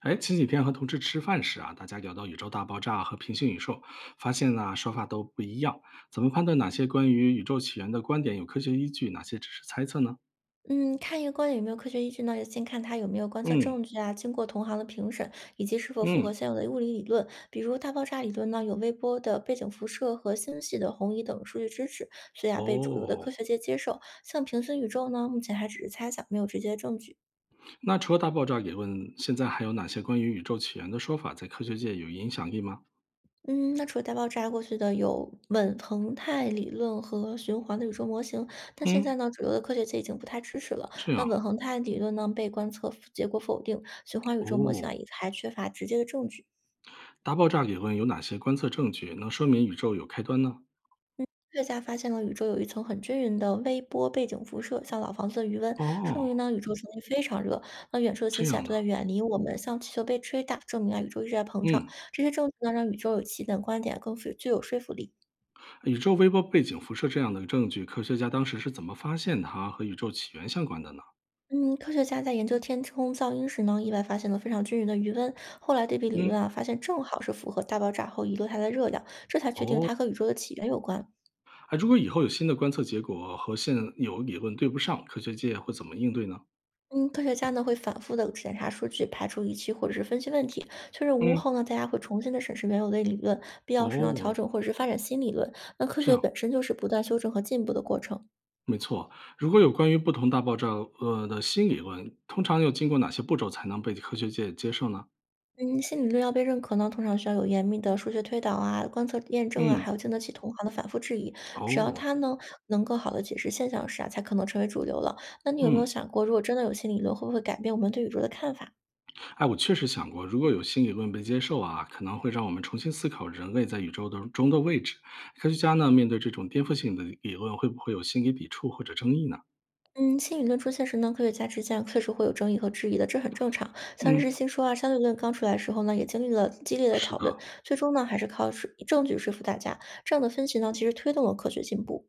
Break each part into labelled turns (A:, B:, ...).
A: 哎，前几天和同事吃饭时啊，大家聊到宇宙大爆炸和平行宇宙，发现呢、说法都不一样。怎么判断哪些关于宇宙起源的观点有科学依据，哪些只是猜测呢？
B: 嗯，看一个观点有没有科学依据呢？先看它有没有观测
A: 嗯
B: 证据啊，经过同行的评审，以及是否符合
A: 嗯，
B: 现有的物理理论。比如大爆炸理论呢，有微波的背景辐射和星系的红移等数据支持，所以啊被主流的科
A: 哦，
B: 学界接受。像平行宇宙呢，目前还只是猜想，没有直接证据。
A: 那除了大爆炸理论，现在还有哪些关于宇宙起源的说法在科学界有影响力吗？
B: 嗯，那除了大爆炸过去的有稳恒态理论和循环的宇宙模型，但现在
A: 嗯，
B: 呢，主流的科学界已经不太支持了。
A: 这
B: 那
A: 样
B: 稳恒态理论呢，被观测结果否定，循环宇宙模型
A: 哦，
B: 啊也还缺乏直接的证据。
A: 大爆炸理论有哪些观测证据能说明宇宙有开端呢？
B: 科学家发现了宇宙有一层很均匀的微波背景辐射，像老房子的余温，说
A: 哦，
B: 明呢宇宙曾经非常热。那远处的星
A: 这
B: 系啊
A: 样
B: 都
A: 的，
B: 在远离我们，像气球被吹大，证明啊宇宙一直在膨胀。
A: 嗯。
B: 这些证据呢让宇宙有起点观点更富具有说服力。
A: 宇宙微波背景辐射这样的证据，科学家当时是怎么发现它和宇宙起源相关的呢？
B: 嗯，科学家在研究天空噪音时呢，意外发现了非常均匀的余温。后来对比理论
A: 嗯，
B: 啊，发现正好是符合大爆炸后遗留下来的热量，这才确定
A: 哦，
B: 它和宇宙的起源有关。
A: 哎，如果以后有新的观测结果和现有理论对不上，科学界会怎么应对呢？
B: 嗯，科学家呢会反复的检查数据，排除逾期或者是分析问题。确认无误
A: 嗯，
B: 后呢，大家会重新的审视原有的理论，必要时呢调
A: 哦，
B: 整或者是发展新理论。那科
A: 这
B: 学
A: 样，
B: 本身就是不断修正和进步的过程。
A: 没错。如果有关于不同大爆炸的新理论，通常要经过哪些步骤才能被科学界接受呢？
B: 嗯，新理论要被认可呢，通常需要有严密的数学推导啊、观测验证啊，
A: 嗯，
B: 还有经得起同行的反复质疑。只要
A: 哦，
B: 它呢能更好的解释现象时啊，才可能成为主流了。那你有没有
A: 嗯。
B: 想过，如果真的有新理论，会不会改变我们对宇宙的看法？
A: 哎，我确实想过，如果有新理论被接受啊，可能会让我们重新思考人类在宇宙的中的位置。科学家呢，面对这种颠覆性的理论，会不会有心理抵触或者争议呢？
B: 嗯，新理论出现时呢，科学家之间确实会有争议和质疑的，这很正常。像日
A: 嗯，
B: 心说啊，相对论刚出来的时候呢，也经历了激烈的
A: 是
B: 讨论，
A: 的。
B: 最终呢，还是靠说证据说服大家。这样的分歧呢，其实推动了科学进步。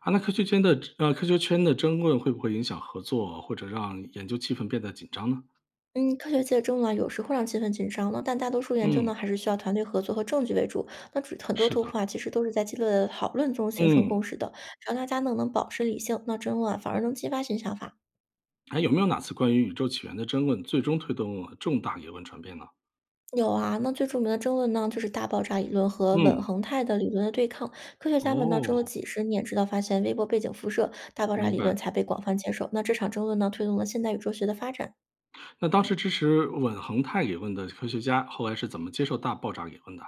A: 啊，那科学圈的争论会不会影响合作，或者让研究气氛变得紧张呢？
B: 嗯，科学界中呢，有时会让气氛紧张，那但大多数研究呢，
A: 嗯，
B: 还是需要团队合作和证据为主。那主很多
A: 是
B: 突
A: 的。
B: 破啊，其实都是在激烈的讨论中形成
A: 嗯，
B: 共识的。只要大家呢能保持理性，那争论啊，反而能激发新想法。
A: 还有没有哪次关于宇宙起源的争论，最终推动了重大理论转变呢？
B: 有啊，那最著名的争论呢，就是大爆炸理论和稳
A: 嗯，
B: 恒态的理论的对抗。科学家们呢争了
A: 哦，
B: 几十年，直到发现微波背景辐射，大爆炸
A: 明
B: 理论
A: 白。
B: 才被广泛接受。那这场争论呢，推动了现代宇宙学的发展。
A: 那当时支持稳恒态理论的科学家，后来是怎么接受大爆炸理论的？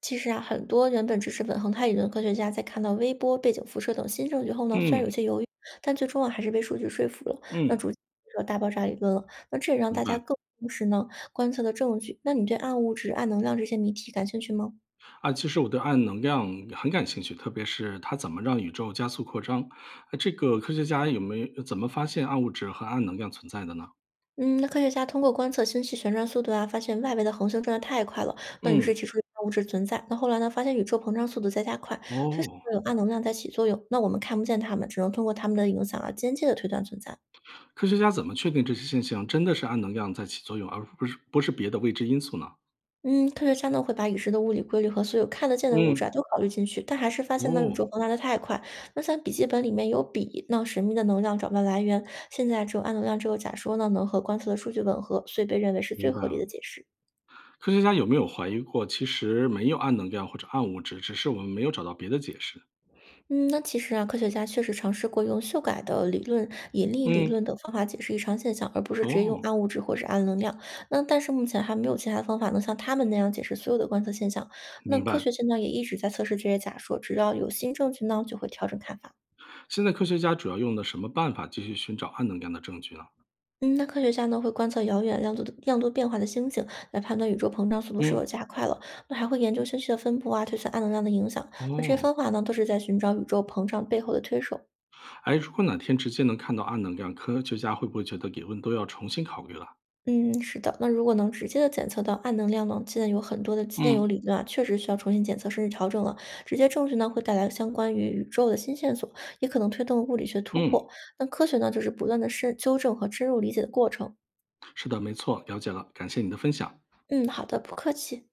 B: 其实啊，很多原本支持稳恒态理论的科学家，在看到微波背景辐射等新证据后呢，虽然有
A: 嗯
B: 些犹豫，但最终啊还是被数据说服了。那逐
A: 嗯，
B: 渐接受大爆炸理论了，那这也让
A: 明
B: 大家
A: 白。
B: 更重视呢观测的证据。那你对暗物质、暗能量这些谜题感兴趣吗？
A: 啊，其实我对暗能量很感兴趣，特别是它怎么让宇宙加速扩张。啊，这个科学家有没有怎么发现暗物质和暗能量存在的呢？
B: 嗯，那科学家通过观测星系旋转速度啊，发现外围的恒星转得太快了，那于是
A: 嗯，
B: 提出有暗物质存在。那后来呢，发现宇宙膨胀速度在加快，推测
A: 哦，
B: 有暗能量在起作用。那我们看不见它们，只能通过它们的影响啊，间接的推断存在。
A: 科学家怎么确定这些现象真的是暗能量在起作用，而不是别的未知因素呢？
B: 嗯，科学家呢会把已知的物理规律和所有看得见的物质
A: 嗯，
B: 啊都考虑进去，但还是发现呢宇
A: 哦，
B: 宙膨胀的太快。那像笔记本里面有笔，那神秘的能量找不到来源。现在只有暗能量这个假说呢能和观测的数据吻合，所以被认为是最
A: 明白
B: 合理
A: 了。
B: 的解释。
A: 科学家有没有怀疑过，其实没有暗能量或者暗物质，只是我们没有找到别的解释？
B: 嗯，那其实啊，科学家确实尝试过用修改的理论、引力理
A: 嗯，
B: 论等方法解释异常现象，而不是直接用
A: 哦，
B: 暗物质或是暗能量。那但是目前还没有其他方法能像他们那样解释所有的观测现象。那
A: 明
B: 科
A: 白。
B: 学界呢也一直在测试这些假说，只要有新证据呢，就会调整看法。
A: 现在科学家主要用的什么办法继续寻找暗能量的证据呢？
B: 嗯，那科学家呢会观测遥远亮度的亮度变化的星星，来判断宇宙膨胀速度是否
A: 嗯，
B: 加快了。那还会研究星系的分布啊，推算暗能量的影响。那这些
A: 哦，
B: 方法呢，都是在寻找宇宙膨胀背后的推手。
A: 哎，如果哪天直接能看到暗能量，科学家会不会觉得理论都要重新考虑了？
B: 嗯，是的，那如果能直接的检测到暗能量呢，现在有很多的现有
A: 嗯
B: 理论啊，确实需要重新检测甚至调整了。直接证据呢，会带来相关于宇宙的新线索，也可能推动物理学突
A: 嗯，
B: 破。那科学呢，就是不断的深纠正和深入理解的过程。
A: 是的，没错，了解了，感谢你的分享。
B: 嗯，好的，不客气。